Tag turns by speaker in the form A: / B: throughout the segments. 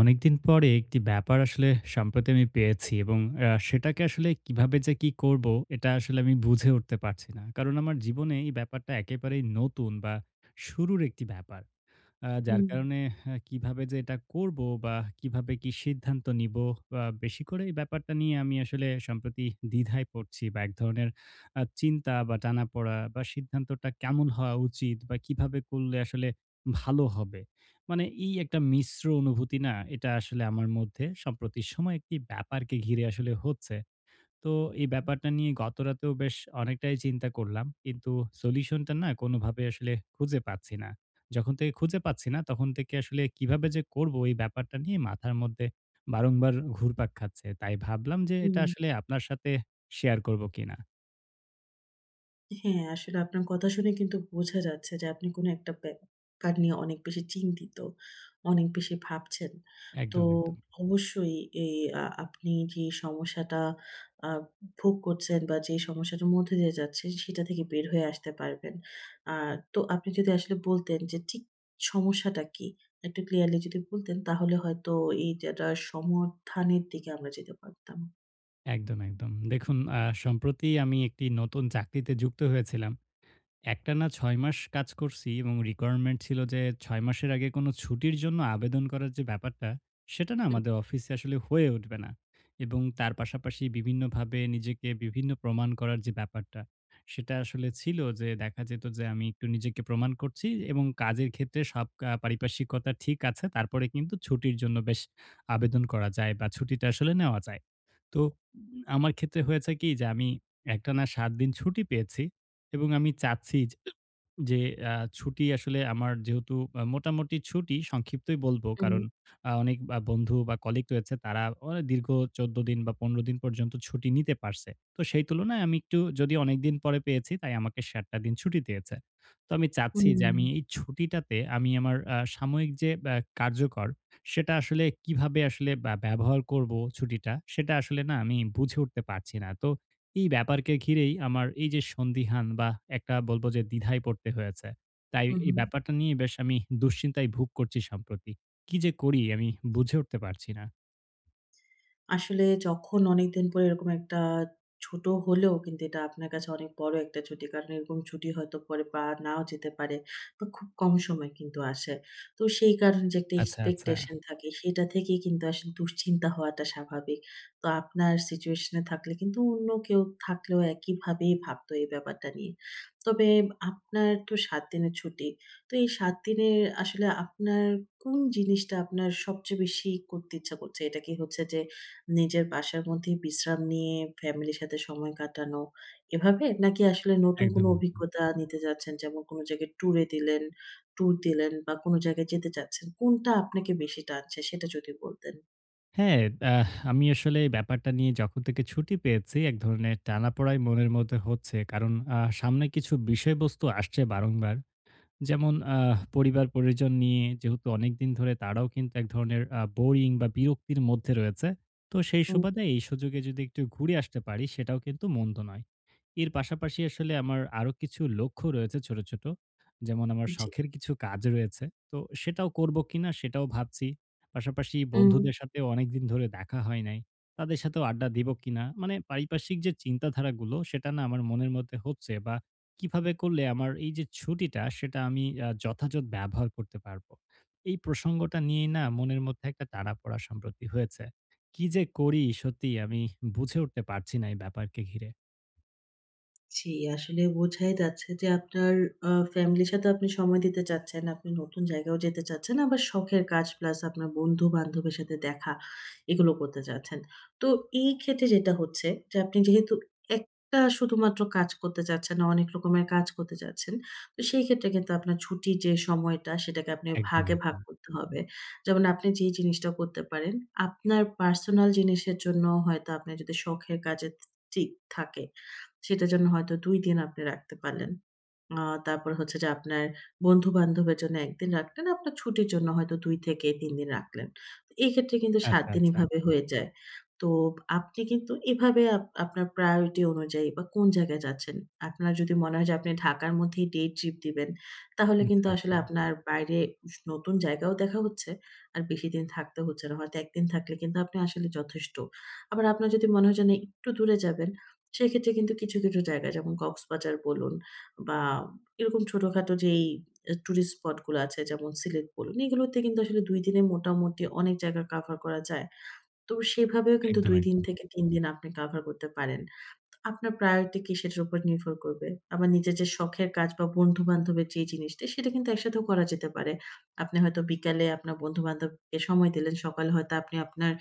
A: অনেকদিন পরে একটি ব্যাপার আসলে সম্প্রতি আমি পেয়েছি, এবং সেটাকে আসলে কিভাবে যে কি করব এটা আসলে আমি বুঝে উঠতে পারছি না। কারণ আমার জীবনে এই ব্যাপারটা একেবারেই নতুন বা শুরুর একটি ব্যাপার, যার
B: হুম,
A: কারণে হ্যাঁ, কিভাবে যে এটা করব বা কিভাবে কি সিদ্ধান্ত নিব। বেশি করে এই ব্যাপারটা নিয়ে আমি আসলে সম্প্রতি দ্বিধায় পড়ছি বা এক ধরনের চিন্তা বা টানাপোড়া বা সিদ্ধান্তটা কেমন হওয়া উচিত বা কিভাবে করলে আসলে ভালো হবে। মানে এই একটা মিশ্র অনুভূতি না, এটা আসলে আমার মধ্যে সম্প্রতি সময় একটি ব্যাপারকে ঘিরে আসলে হচ্ছে। তো এই ব্যাপারটা নিয়ে গতরাতেও বেশ অনেকটাই চিন্তা করলাম। কিন্তু সলিউশনটা না কোনোভাবে আসলে খুঁজে পাচ্ছি না। যখন থেকে খুঁজে পাচ্ছি না, তখন থেকে আসলে কিভাবে যে করব এই ব্যাপারটা নিয়ে মাথার মধ্যে বারংবার ঘুরপাক খাচ্ছে। তাই ভাবলাম যে এটা
B: হুম।
A: আসলে আপনার সাথে শেয়ার করব কিনা?
B: হ্যাঁ, আসলে আপনার কথা শুনে কিন্তু বোঝা যাচ্ছে যে আপনি কোনো একটা ব্যাপার নিয়ে অনেক বেশি চিন্তিত, অনেক বেশি ভাবছেন। তো
A: একদম, একদম।
B: অবশ্যই এই আপনি যে সমস্যাটা আ ভোগ করছেন বা যে সমস্যাটার মধ্যে দিয়ে যাচ্ছেন সেটা থেকে বের হয়ে আসতে পারবেন। আর তো আপনি যদি আসলে বলতেন যে ঠিক সমস্যাটা কি? একটু ক্লিয়ারলি যদি বলতেন তাহলে হয়তো এইটাটার সমাধানের দিকে আমরা যেতে পারতাম।
A: একদম, একদম। দেখুন, সম্প্রতি আমি একটি নতুন চাকরিতে যুক্ত হয়েছিলাম। একটানা ৬ মাস কাজ করছি, এবং রিকোয়ারমেন্ট ছিল যে ৬ মাসের আগে কোনো ছুটির জন্য আবেদন করার যে ব্যাপারটা, সেটা না আমাদের অফিসে আসলে হয়ে উঠবে না। এবং তার পাশাপাশি বিভিন্নভাবে নিজেকে বিভিন্ন প্রমাণ করার যে ব্যাপারটা, সেটা আসলে ছিল যে দেখা যেত যে আমি একটু নিজেকে প্রমাণ করছি এবং কাজের ক্ষেত্রে সব পারিপার্শ্বিকতা ঠিক আছে। তারপরে কিন্তু ছুটির জন্য বেশ আবেদন করা যায় বা ছুটিটা আসলে নেওয়া যায়। তো আমার ক্ষেত্রে হয়েছে কি যে আমি একটানা ৭ দিন ছুটি পেয়েছি এবং আমি চাচ্ছি যে যে ছুটি আসলে আমার যেহেতু মোটামুটি ছুটি সংক্ষিপ্তই বলব।
B: হুম,
A: কারণ অনেক বন্ধু বা কলিগ রয়েছে, তারা দীর্ঘ ১৪ দিন বা ১৫ দিন পর্যন্ত ছুটি নিতে পারছে। তো সেই তুলনায় আমি একটু যদি অনেকদিন পরে পেয়েছি তাই আমাকে ৭ টা দিন ছুটি দিয়েছে। তো আমি চাচ্ছি
B: হুম,
A: যে আমি এই ছুটিটাতে আমি আমার সাময়িক যে কার্যকর সেটা আসলে কিভাবে আসলে বা ব্যবহার করব ছুটিটা, সেটা আসলে না আমি বুঝে উঠতে পারছি না। তো এই ব্যাপারকে ঘিরেই আমার এই যে সন্দিহান বা একটা বলব যে দ্বিধায় পড়তে হয়েছে। তাই
B: হুম,
A: এই
B: হুম।
A: ব্যাপারটা নিয়ে বেশ আমি দুশ্চিন্তায় ভোগ করছি সম্প্রতি। কি যে করি আমি বুঝে উঠতে পারছি না।
B: আসলে যখন অনেকদিন পরে এরকম একটা ছোট হলেও কিন্তু এটা আপনার কাছে অনেক বড় একটা ছুটি। কারণ এরকম ছুটি হয়তো পরে পাওয়া নাও যেতে পারে বা খুব কম সময় কিন্তু আসে। তো সেই কারণে যে একটা
A: আচ্ছা, আচ্ছা।
B: এক্সপেকটেশন থাকে সেটা থেকেই কিন্তু আসলে দুশ্চিন্তা হওয়াটা স্বাভাবিক। তো আপনার সিচুয়েশন এ থাকলে কিন্তু অন্য কেউ থাকলেও একইভাবেই ভাবতো এই ব্যাপারটা নিয়ে। তবে আপনার তো ৭ দিনের ছুটি। তো এই ৭ দিনের আসলে আপনার কোন জিনিসটা আপনার সবচেয়ে বেশি করতে ইচ্ছা করছে? এটা কি হচ্ছে যে নিজের বাসার মধ্যেই বিশ্রাম নিয়ে ফ্যামিলির সাথে সময় কাটানো এভাবে? নাকি আসলে নতুন কোনো
A: একদম, একদম।
B: অভিজ্ঞতা নিতে যাচ্ছেন? যেমন কোনো জায়গায় ট্যুর দিলেন বা কোনো জায়গায় যেতে চাচ্ছেন। কোনটা আপনাকে বেশি টানছে সেটা যদি বলতেন?
A: হ্যাঁ, আহ আমি আসলে এই ব্যাপারটা নিয়ে যখন থেকে ছুটি পেয়েছি এক ধরনের টানাপোড়াই মনের মধ্যে হচ্ছে। কারণ সামনে কিছু বিষয়বস্তু আসছে বারংবার। যেমন পরিবার-পরিজন নিয়ে যেহেতু অনেকদিন ধরে তারাও কিন্তু এক ধরনের বোরিং বা বিরক্তির মধ্যে রয়েছে। তো সেই
B: হুম,
A: সুবাদে এই সুযোগে যদি একটু ঘুরে আসতে পারি সেটাও কিন্তু মন্দ নয়। এর পাশাপাশি আসলে আমার আরো কিছু লক্ষ্য রয়েছে ছোট, ছোট। যেমন আমার
B: জি।
A: শখের কিছু কাজ রয়েছে। তো সেটাও করব কিনা সেটাও ভাবছি। পাশাপাশি
B: হুম।
A: বন্ধুদের সাথেও অনেকদিন ধরে দেখা হয় নাই। তাদের সাথেও আড্ডা দিব কিনা? মানে পারিপার্শ্বিক যে চিন্তাধারাগুলো সেটা না আমার মনের মধ্যে হচ্ছে বা কিভাবে করলে আমার এই যে ছুটিটা সেটা আমি যথাযথ ব্যবহার করতে পারবো। এই প্রসঙ্গটা নিয়েই না মনের মধ্যে একটা টানাপোড়া সম্প্রতি হয়েছে। কি যে করি সত্যিই আমি বুঝে উঠতে পারছি না এই ব্যাপারকে ঘিরে।
B: জি, আসলে বোঝাই যাচ্ছে যে আপনার ফ্যামিলির সাথে আপনি সময় দিতে চাচ্ছেন। আপনি নতুন জায়গায়ও যেতে চাচ্ছেন। আবার শখের কাজ প্লাস আপনার বন্ধু-বান্ধবের সাথে দেখা এগুলো করতে চাচ্ছেন। তো এই ক্ষেত্রে যেটা হচ্ছে যে আপনি যেহেতু একটা শুধুমাত্র কাজ করতে চাচ্ছেন না, অনেক রকমের কাজ করতে চাচ্ছেন। তো সেই ক্ষেত্রে কিন্তু আপনার ছুটির যে সময়টা সেটাকে আপনি
A: একদম,
B: ভাগে ভাগ
A: একদম।
B: করতে হবে। যেমন আপনি যে জিনিসটা করতে পারেন, আপনার পার্সোনাল জিনিসের জন্য হয়তো আপনার যদি শখের কাজের ঠিক থাকে সেটার জন্য হয়তো ২ দিন আপনি রাখতে পারলেন। আ তারপরে হচ্ছে যে আপনার বন্ধু-বান্ধবের জন্য ১ দিন রাখলেন, আপনার ছুটির জন্য হয়তো ২ থেকে ৩ দিন রাখলেন। এই ক্ষেত্রে কিন্তু ৭
A: আচ্ছা,
B: দিন
A: আচ্ছা,
B: এভাবে হয়ে যায়। তো আপনি কিন্তু এভাবে আপনার প্রায়োরিটি অনুযায়ী বা কোন জায়গায় যাচ্ছেন, আপনার যদি মনে হয় যে আপনি ঢাকার মধ্যেই ডে ট্রিপ দিবেন, তাহলে
A: আচ্ছা,
B: কিন্তু আসলে
A: আচ্ছা।
B: আপনার বাইরে নতুন জায়গাও দেখা হচ্ছে, আর বেশি দিন থাকতে হচ্ছে না। হয়তো ১ দিন থাকলে কিন্তু আপনি আসলে যথেষ্ট। আবার আপনার যদি মনে হয় যে না একটু দূরে যাবেন, সেক্ষেত্রে কিন্তু কিছু, কিছু জায়গা যেমন কক্সবাজার বলুন বা এরকম ছোটখাটো যেই টুরিস্ট স্পট গুলো আছে যেমন সিলেট বলুন, এগুলোতে কিন্তু আসলে ২ দিনে মোটামুটি অনেক জায়গা কভার করা যায়। তো সেভাবেও কিন্তু
A: একদম,
B: ২ দিন
A: একদম।
B: থেকে ৩ দিন আপনি কভার করতে পারেন। আপনার প্রায়োরিটি কি সেটার উপর নির্ভর করবে। আবার নিজের যে শখের কাজ বা বন্ধু-বান্ধবের যে জিনিসটা সেটা কিন্তু একসাথেও করা যেতে পারে। আপনি হয়তো বিকালে আপনার বন্ধু-বান্ধবকে সময় দিলেন, সকালে হয়তো আপনি আপনার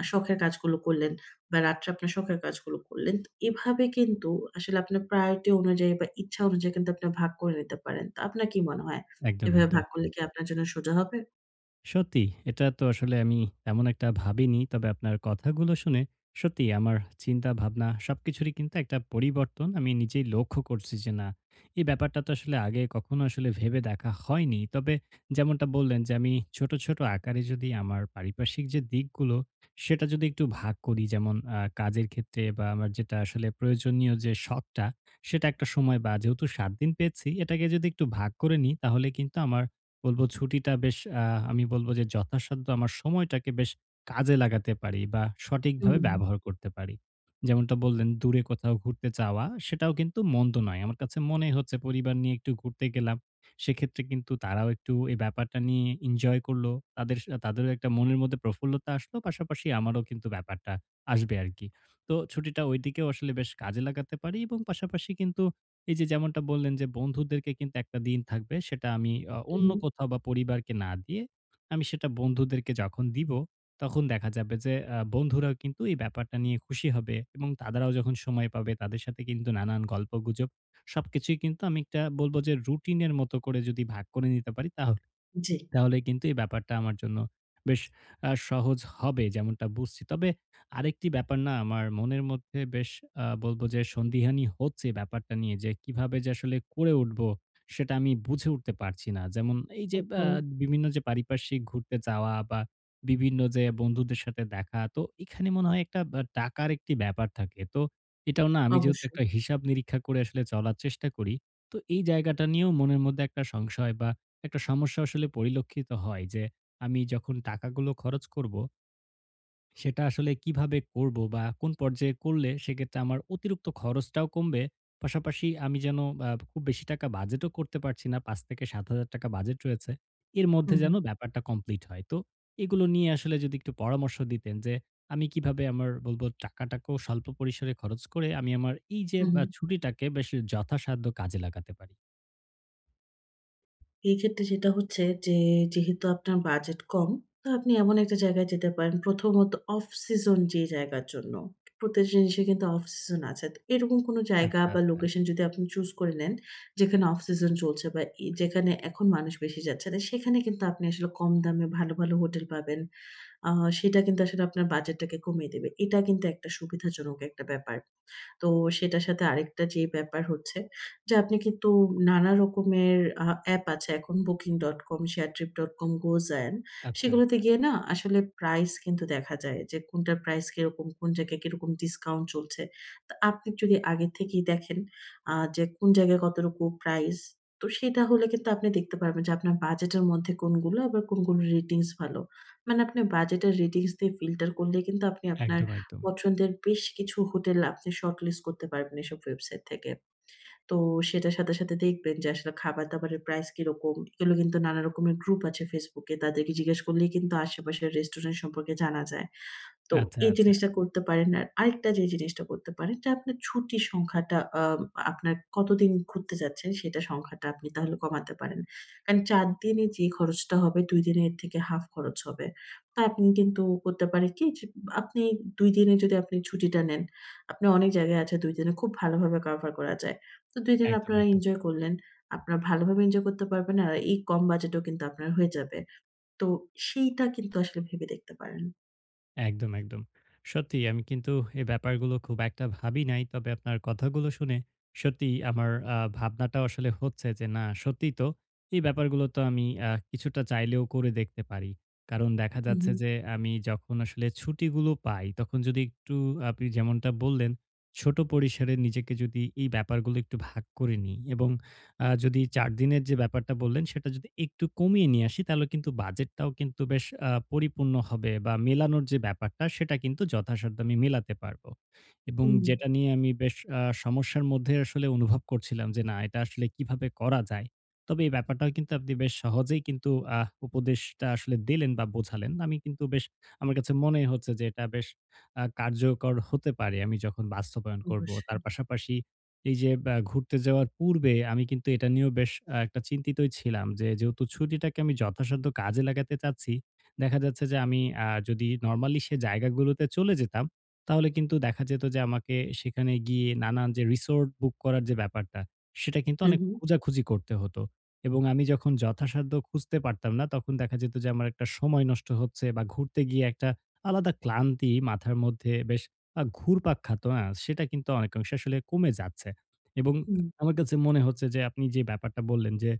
B: শখের কাজগুলো করলেন বা রাত্রে আপনার শখের কাজগুলো করলেন। তো এভাবে কিন্তু আসলে আপনার প্রায়োরিটি অনুযায়ী বা ইচ্ছা অনুযায়ী কিন্তু আপনি ভাগ করে নিতে পারেন। তো আপনার কি মনে হয়?
A: একদম,
B: এভাবে
A: একদম।
B: ভাগ করলে কি আপনার জন্য সোজা হবে?
A: সত্যি, এটা তো আসলে আমি তেমন একটা ভাবিনি। তবে আপনার কথাগুলো শুনে সত্যিই আমার চিন্তা-ভাবনা সবকিছুরই কিন্তু একটা পরিবর্তন আমি নিজেই লক্ষ্য করছি যে না, এই ব্যাপারটা তো আসলে আগে কখনো আসলে ভেবে দেখা হয়নি। তবে যেমনটা বললেন যে আমি ছোট, ছোট আকারে যদি আমার পারিপার্শ্বিক যে দিকগুলো সেটা যদি একটু ভাগ করি, যেমন কাজের ক্ষেত্রে বা আমার যেটা আসলে প্রয়োজনীয় যে শখটা সেটা একটা সময় বা যেহেতু ৭ দিন পেয়েছি এটাকে যদি একটু ভাগ করে নিই, তাহলে কিন্তু আমার বলব ছুটিটা বেশ আ আমি বলব যে যথাসাধ্য আমার সময়টাকে বেশ কাজে লাগাতে পারি বা সঠিকভাবে
B: হুম,
A: ব্যবহার করতে পারি। যেমনটা বললেন দূরে কোথাও ঘুরতে যাওয়া সেটাও কিন্তু মন্দ নয়। আমার কাছে মনে হচ্ছে পরিবার নিয়ে একটু ঘুরতে গেলাম। সেক্ষেত্রে কিন্তু তারাও একটু এই ব্যাপারটা নিয়ে এনজয় করল। তাদেরও একটা মনের মধ্যে প্রফুল্লতা আসলো। পাশাপাশি আমারও কিন্তু ব্যাপারটা আসবে আরকি। তো ছুটিটা ঐদিকেও আসলে বেশ কাজে লাগাতে পারি এবং পাশাপাশি কিন্তু এই যে যেমনটা বললেন যে বন্ধুদেরকে কিন্তু একটা দিন থাকবে সেটা আমি অন্য
B: হুম,
A: কোথাও বা পরিবারকে না দিয়ে আমি সেটা বন্ধুদেরকে যখন দিব, তখন দেখা যাবে যে বন্ধুরাও কিন্তু এই ব্যাপারটা নিয়ে খুশি হবে এবং তারাও যখন সময় পাবে তাদের সাথে কিন্তু নানান গল্পগুজব সবকিছুই কিন্তু আমি একটা বলব যে রুটিনের মতো করে যদি ভাগ করে নিতে পারি, তাহলে
B: জি।
A: তাহলে কিন্তু এই ব্যাপারটা আমার জন্য বেশ সহজ হবে যেমনটা বুঝছি। তবে আরেকটি ব্যাপার না আমার মনের মধ্যে বেশ বলব যে সন্দিহানি হচ্ছে ব্যাপারটা নিয়ে যে কিভাবে যে আসলে করে উঠবো সেটা আমি বুঝে উঠতে পারছি না। যেমন এই যে
B: তো
A: বিভিন্ন যে পারিপার্শ্বিক ঘুরতে যাওয়া বা বিভিন্ন যে বন্ধুদের সাথে দেখা, তো এখানে মনে হয় একটা টাকার একটি ব্যাপার থাকে। তো এটাও না, আমি যেহেতু
B: অবশ্যই।
A: একটা হিসাব নিরীক্ষা করে আসলে চলার চেষ্টা করি। তো এই জায়গাটা নিয়েও মনের মধ্যে একটা সংশয় বা একটা সমস্যা আসলে পরিলক্ষিত হয় যে, আমি যখন টাকাগুলো খরচ করব, সেটা আসলে কিভাবে করব বা কোন পর্যায়ে করলে সেক্ষেত্রে আমার অতিরিক্ত খরচটাও কমবে। পাশাপাশি আমি যেন খুব বেশি টাকা বাজেটও করতে পারছি না। ৳৫,০০০-৭,০০০ বাজেট রয়েছে। এর
B: হু,
A: মধ্যে
B: হু,
A: যেন ব্যাপারটা কমপ্লিট হয়। তো এগুলো নিয়ে আসলে যদি একটু পরামর্শ দিতেন যে, আমি কিভাবে আমার বলব টাকাটাকেও স্বল্প পরিসরে খরচ করে আমি আমার এই যে
B: হু, হু।
A: ছুটিটাকে বেশ যথাসাধ্য কাজে লাগাতে পারি?
B: এই ক্ষেত্রে যেটা হচ্ছে যে, যেহেতু আপনার বাজেট কম, তো আপনি এমন একটা জায়গায় যেতে পারেন। প্রথমত অফ সিজন যে জায়গার জন্য। প্রত্যেক জিনিসের কিন্তু অফ সিজন আছে। তো এরকম কোনো জায়গা
A: আচ্ছা,
B: বা
A: আচ্ছা।
B: লোকেশন যদি আপনি চুজ করে নেন, যেখানে অফ সিজন চলছে বা যেখানে এখন মানুষ বেশি যাচ্ছে না, সেখানে কিন্তু আপনি আসলে কম দামে ভালো, ভালো হোটেল পাবেন। আ সেটা কিন্তু আসলে আপনার বাজেটটাকে কমিয়ে দেবে। এটা কিন্তু একটা সুবিধাজনক একটা ব্যাপার। তো সেটার সাথে আরেকটা যে ব্যাপার হচ্ছে যে আপনি কিন্তু নানা রকমের অ্যাপ আছে এখন Booking.com, Sharetrip.com, GoZen
A: আচ্ছা,
B: সেগুলোতে
A: আচ্ছা।
B: গিয়ে না আসলে প্রাইস কিন্তু দেখা যায় যে কোনটার প্রাইস কিরকম, কোন জায়গায় কিরকম ডিসকাউন্ট চলছে। তো আপনি যদি আগে থেকেই দেখেন যে কোন জায়গায় কতটুকু প্রাইস তো সেটা হলে কিন্তু আপনি দেখতে পারবেন যে আপনার বাজেটের মধ্যে কোনগুলো আবার কোনগুলো রেটিংস ভালো। মানে আপনার বাজেটের রেটিংস দিয়ে ফিল্টার করলে কিন্তু আপনি আপনার
A: একদম, একদম।
B: পছন্দের বেশ কিছু হোটেল আপনি শর্টলিস্ট করতে পারবেন এসব ওয়েবসাইট থেকে। তো সেটার সাথে, সাথে দেখবেন যে আসলে খাবার-দাবারের প্রাইস কিরকম। এগুলো কিন্তু নানা রকমের গ্রুপ আছে Facebook এ। তাদেরকে জিজ্ঞেস করলেই কিন্তু আশেপাশের রেস্টুরেন্ট সম্পর্কে জানা যায়। তো
A: আচ্ছা,
B: এই
A: আচ্ছা।
B: জিনিসটা করতে পারেন। আর আরেকটা যে জিনিসটা করতে পারেন যে আপনার ছুটির সংখ্যাটা আপনার কতদিন ঘুরতে যাচ্ছেন সেটা সংখ্যাটা আপনি তাহলে কমাতে পারেন। কারণ ৪ দিনে যে খরচটা হবে ২ দিনের থেকে হাফ খরচ হবে। তো আপনি কিন্তু করতে পারেন কি যে আপনি ২ দিনে যদি আপনি ছুটিটা নেন, আপনি অনেক জায়গায় আছে ২ দিনে খুব ভালোভাবে কভার করা যায়। তো ২ দিন
A: একদম,
B: আপনারা
A: একদম।
B: এনজয় করলেন। আপনারা ভালোভাবে এনজয় করতে পারবেন আর এই কম বাজেটেও কিন্তু আপনার হয়ে যাবে। তো সেইটা কিন্তু আসলে ভেবে দেখতে পারেন।
A: একদম, একদম। সত্যি আমি কিন্তু এই ব্যাপারগুলো খুব একটা ভাবি নাই। তবে আপনার কথাগুলো শুনে সত্যিই আমার ভাবনাটাও আসলে হচ্ছে যে না, সত্যিই তো এই ব্যাপারগুলো তো আমি কিছুটা চাইলেও করে দেখতে পারি। কারণ দেখা
B: হুম,
A: যাচ্ছে
B: হুম।
A: যে আমি যখন আসলে ছুটিগুলো পাই তখন যদি একটু আপনি যেমনটা বললেন ছোট পরিসরে নিজেকে যদি এই ব্যাপারগুলো একটু ভাগ করে নিই এবং যদি ৪ দিনের যে ব্যাপারটা বললেন সেটা যদি একটু কমিয়ে নিয়ে আসি, তাহলে কিন্তু বাজেটটাও কিন্তু বেশ পরিপূর্ণ হবে বা মেলানোর যে ব্যাপারটা সেটা কিন্তু যথাসাধ্য আমি মেলাতে পারবো। এবং
B: হুম।
A: যেটা নিয়ে আমি বেশ সমস্যার মধ্যে আসলে অনুভব করছিলাম যে না এটা আসলে কিভাবে করা যায়। তবে এই ব্যাপারটাও কিন্তু আপনি বেশ সহজেই কিন্তু উপদেশটা আসলে দিলেন বা বোঝালেন। আমি কিন্তু বেশ আমার কাছে মনে হচ্ছে যে এটা বেশ কার্যকর হতে পারে আমি যখন বাস্তবায়ন করব।
B: অবশ্যই।
A: তার পাশাপাশি এই যে বা ঘুরতে যাওয়ার পূর্বে আমি কিন্তু এটা নিয়েও বেশ একটা চিন্তিতই ছিলাম যে, যেহেতু ছুটিটাকে আমি যথাসাধ্য কাজে লাগাতে চাচ্ছি, দেখা যাচ্ছে যে আমি যদি নরমালি সে জায়গাগুলোতে চলে যেতাম, তাহলে কিন্তু দেখা যেত যে আমাকে সেখানে গিয়ে নানান যে রিসোর্ট বুক করার যে ব্যাপারটা, সেটা কিন্তু
B: হুম,
A: অনেক
B: হুম।
A: খোঁজাখুঁজি করতে হতো। এবং আমি যখন যথাসাধ্য খুঁজতে পারতাম না, তখন দেখা যেত যে আমার একটা সময় নষ্ট হচ্ছে বা ঘুরতে গিয়ে একটা আলাদা ক্লান্তি মাথার মধ্যে বেশ ঘুরপাক খাতো, হ্যাঁ? সেটা কিন্তু অনেকাংশে আসলে কমে যাচ্ছে। এবং আমার কাছে মনে হচ্ছে যে আপনি যে ব্যাপারটা বললেন যে,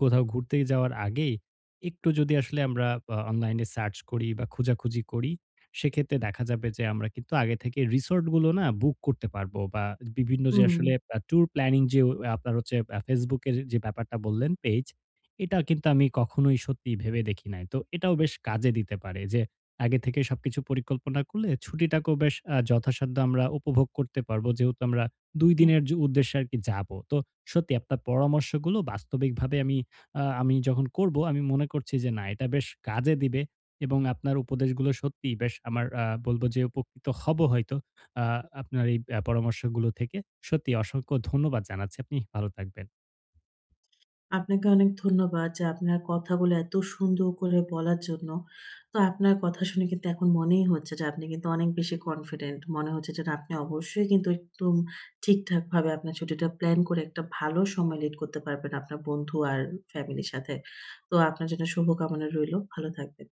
A: কোথাও ঘুরতে যাওয়ার আগেই একটু যদি আসলে আমরা অনলাইনে সার্চ করি বা খোঁজাখুঁজি করি, সেক্ষেত্রে দেখা যাবে যে আমরা কিন্তু আগে থেকে রিসোর্ট গুলো না বুক করতে পারবো বা বিভিন্ন
B: হুম,
A: যে
B: হুম।
A: আসলে ট্যুর প্ল্যানিং যে আপনার হচ্ছে Facebook এর যে ব্যাপারটা বললেন পেজ, এটা কিন্তু আমি কখনোই সত্যি ভেবে দেখি নাই। তো এটাও বেশ কাজে দিতে পারে যে আগে থেকে সবকিছু পরিকল্পনা করলে ছুটিটাকেও বেশ যথাসাধ্য আমরা উপভোগ করতে পারবো। যেহেতু আমরা ২
B: হ্যাঁ,
A: দিনের যে উদ্দেশ্যে আরকি যাবো। তো সত্যি আপনার পরামর্শগুলো বাস্তবিকভাবে আমি যখন করব আমি মনে করছি যে না এটা বেশ কাজে দিবে এবং আপনার উপদেশগুলো সত্যিই বেশ আমার বলব যে উপকৃত হব হয়তো। আ আপনার এই পরামর্শগুলো থেকে। সত্যি অসংখ্য ধন্যবাদ জানাচ্ছি। আপনি ভালো থাকবেন।
B: আপনাকে অনেক ধন্যবাদ যে আপনার কথাগুলো এত সুন্দর করে বলার জন্য। তো আপনার কথা শুনে কিন্তু এখন মনেই হচ্ছে যে আপনি কিন্তু অনেক বেশি কনফিডেন্ট। মনে হচ্ছে যে না আপনি অবশ্যই কিন্তু একদম ঠিকঠাকভাবে আপনার ছুটিটা প্ল্যান করে একটা ভালো সময় লিড করতে পারবেন আপনার বন্ধু আর ফ্যামিলির সাথে। তো আপনার জন্য শুভকামনা রইলো। ভালো থাকবেন।